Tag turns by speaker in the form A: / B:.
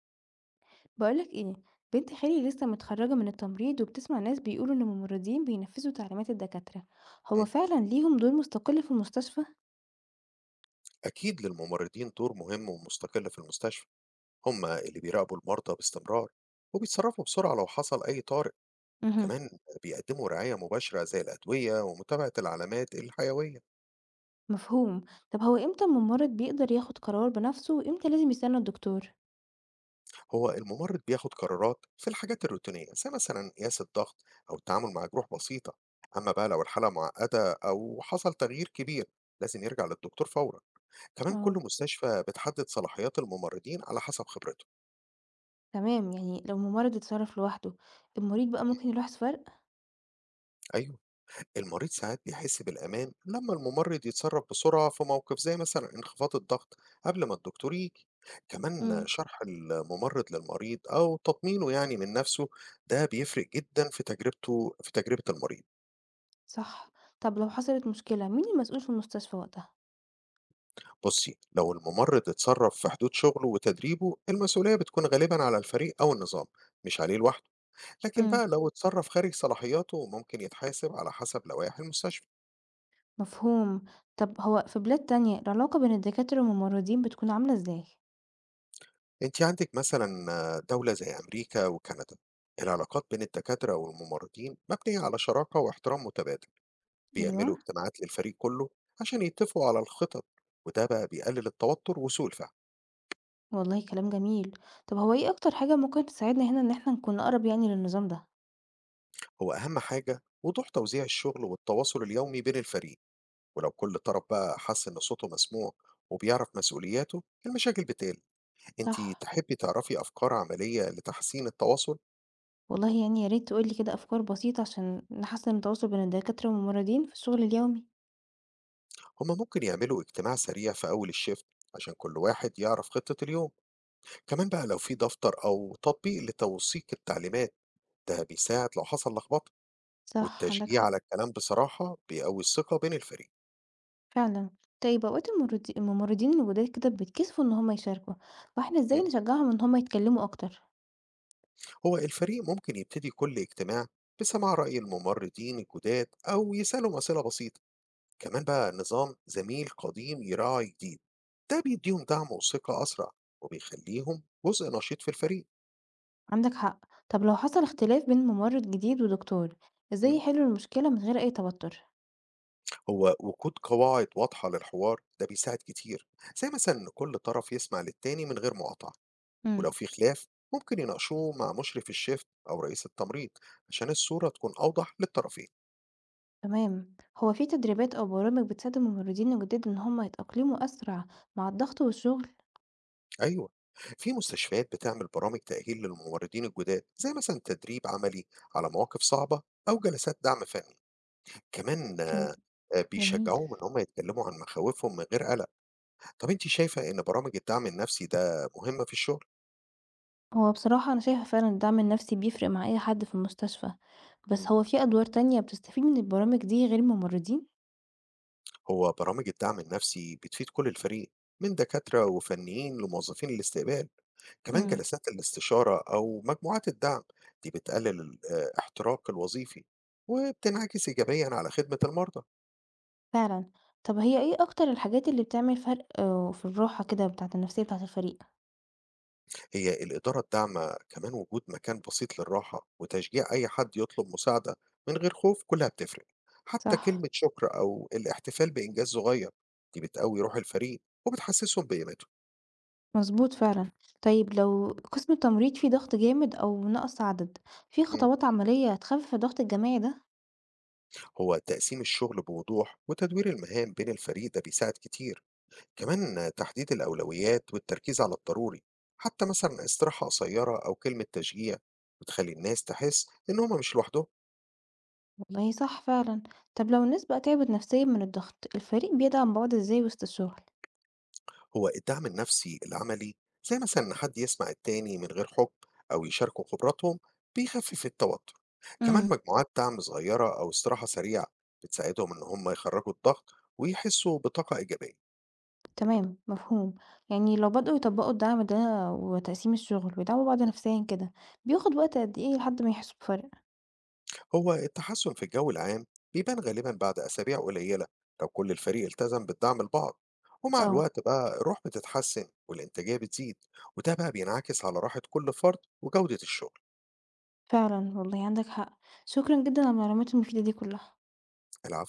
A: بقولك ايه، بنت خالي لسه متخرجة من التمريض وبتسمع ناس بيقولوا ان الممرضين بينفذوا تعليمات الدكاترة. هو
B: مم.
A: فعلا ليهم دور مستقل في المستشفى؟
B: أكيد للممرضين دور مهم ومستقل في المستشفى، هم اللي بيراقبوا المرضى باستمرار وبيتصرفوا بسرعة لو حصل أي طارئ.
A: امم.
B: كمان بيقدموا رعاية مباشرة زي الأدوية ومتابعة العلامات الحيوية.
A: مفهوم. طب هو امتى الممرض بيقدر ياخد قرار بنفسه وامتى لازم يستنى الدكتور؟
B: هو الممرض بياخد قرارات في الحاجات الروتينية زي مثلا قياس الضغط أو التعامل مع جروح بسيطة. أما بقى لو الحالة معقدة أو حصل تغيير كبير لازم يرجع للدكتور فورا. كمان كل
A: اه،
B: مستشفى بتحدد صلاحيات الممرضين على حسب خبرته.
A: تمام. يعني لو الممرض اتصرف لوحده المريض بقى
B: مم.
A: ممكن يلاحظ فرق؟
B: أيوه، المريض ساعات بيحس بالأمان لما الممرض يتصرف بسرعة في موقف زي مثلا انخفاض الضغط قبل ما الدكتور يجي. كمان
A: امم.
B: شرح الممرض للمريض أو تطمينه يعني من نفسه، ده بيفرق جدا في تجربة المريض.
A: صح. طب لو حصلت مشكلة مين المسؤول في المستشفى وقتها؟
B: بصي، لو الممرض اتصرف في حدود شغله وتدريبه المسؤولية بتكون غالبا على الفريق أو النظام، مش عليه لوحده. لكن بقى
A: امم.
B: لو اتصرف خارج صلاحياته ممكن يتحاسب على حسب لوائح المستشفى.
A: مفهوم. طب هو في بلاد تانية العلاقة بين الدكاترة والممرضين بتكون عاملة ازاي؟
B: أنتِ عندِك مثلًا دولة زي أمريكا وكندا، العلاقات بين الدكاترة والممرضين مبنية على شراكة واحترام متبادل،
A: ايوه.
B: بيعملوا اجتماعات للفريق كله عشان يتفقوا على الخطط، وده بقى بيقلل التوتر وسوء الفهم.
A: والله كلام جميل. طب هو إيه أكتر حاجة ممكن تساعدنا هنا إن إحنا نكون أقرب يعني للنظام ده؟
B: هو أهم حاجة وضوح توزيع الشغل والتواصل اليومي بين الفريق، ولو كل طرف بقى حس إن صوته مسموع وبيعرف مسؤولياته، المشاكل بتقل. أنتِ
A: صح،
B: تحبي تعرفي أفكار عملية لتحسين التواصل؟
A: والله يعني يا ريت تقول لي كده أفكار بسيطة عشان نحسن التواصل بين الدكاترة والممرضين في الشغل اليومي.
B: هم ممكن يعملوا اجتماع سريع في أول الshift عشان كل واحد يعرف خطة اليوم. كمان بقى لو في دفتر أو تطبيق لتوثيق التعليمات ده بيساعد لو حصل لخبطة.
A: صح، عندك
B: والتشجيع
A: حق.
B: على الكلام بصراحة بيقوي الثقة بين الفريق.
A: فعلا. طيب أوقات الممرضين الجداد كده بيتكسفوا إن هما يشاركوا، فإحنا
B: مم.
A: إزاي نشجعهم إن هما يتكلموا أكتر؟
B: هو الفريق ممكن يبتدي كل اجتماع بسماع رأي الممرضين الجداد أو يسألهم أسئلة بسيطة. كمان بقى نظام زميل قديم يراعي جديد، ده بيديهم دعم وثقة أسرع وبيخليهم جزء نشيط في الفريق.
A: عندك حق. طب لو حصل اختلاف بين ممرض جديد ودكتور، إزاي
B: مم.
A: يحلوا المشكلة من غير أي توتر؟
B: هو وجود قواعد واضحة للحوار ده بيساعد كتير، زي مثلا إن كل طرف يسمع للتاني من غير مقاطعة. ولو
A: مم.
B: في خلاف ممكن يناقشوه مع مشرف الشفت أو رئيس التمريض عشان الصورة تكون أوضح للطرفين.
A: تمام. هو في تدريبات أو برامج بتساعد الممرضين الجداد إن هم يتأقلموا أسرع مع الضغط والشغل؟
B: أيوة، في مستشفيات بتعمل برامج تأهيل للممرضين الجداد زي مثلا تدريب عملي على مواقف صعبة أو جلسات دعم فني. كمان
A: كم... جميل.
B: بيشجعوهم إن هم يتكلموا عن مخاوفهم من غير قلق. طب أنت شايفة إن برامج الدعم النفسي ده مهمة في الشغل؟
A: هو بصراحة أنا شايفة فعلا الدعم النفسي بيفرق مع أي حد في المستشفى،
B: مم.
A: بس هو في أدوار تانية بتستفيد من البرامج دي غير الممرضين؟
B: هو برامج الدعم النفسي بتفيد كل الفريق، من دكاترة وفنيين لموظفين الاستقبال. كمان
A: امم.
B: جلسات الاستشارة أو مجموعات الدعم دي بتقلل الاحتراق الوظيفي وبتنعكس إيجابيا على خدمة المرضى.
A: فعلا. طب هي إيه أكتر الحاجات اللي بتعمل فرق في الراحة كده بتاعة النفسية بتاعة الفريق؟
B: هي الإدارة الداعمة، كمان وجود مكان بسيط للراحة وتشجيع أي حد يطلب مساعدة من غير خوف، كلها بتفرق. حتى
A: صح.
B: كلمة شكر أو الاحتفال بإنجاز صغير دي بتقوي روح الفريق وبتحسسهم بقيمته.
A: مظبوط فعلا. طيب لو قسم التمريض فيه ضغط جامد أو نقص عدد، في
B: مم.
A: خطوات عملية تخفف الضغط الجماعي ده؟
B: هو تقسيم الشغل بوضوح وتدوير المهام بين الفريق ده بيساعد كتير. كمان تحديد الأولويات والتركيز على الضروري، حتى مثلا استراحة قصيرة أو كلمة تشجيع بتخلي الناس تحس إن هما مش لوحدهم.
A: والله صح فعلا. طب لو الناس بقى تعبت نفسيا من الضغط الفريق بيدعم بعض ازاي وسط الشغل؟
B: هو الدعم النفسي العملي، زي مثلا إن حد يسمع التاني من غير حكم أو يشاركوا خبراتهم، بيخفف التوتر. كمان
A: امم.
B: مجموعات دعم صغيرة أو استراحة سريعة بتساعدهم إن هما يخرجوا الضغط ويحسوا بطاقة إيجابية.
A: تمام، مفهوم. يعني لو بدأوا يطبقوا الدعم ده وتقسيم الشغل ويدعموا بعض نفسيا كده، بياخد وقت قد ايه لحد ما يحسوا بفرق؟
B: هو التحسن في الجو العام بيبان غالبا بعد أسابيع قليلة لو كل الفريق التزم بالدعم لبعض. ومع
A: اه،
B: الوقت بقى الروح بتتحسن والإنتاجية بتزيد، وده بقى بينعكس على راحة كل فرد وجودة الشغل
A: فعلا والله عندك حق. شكرا جدا على المعلومات المفيدة دي كلها.
B: العام.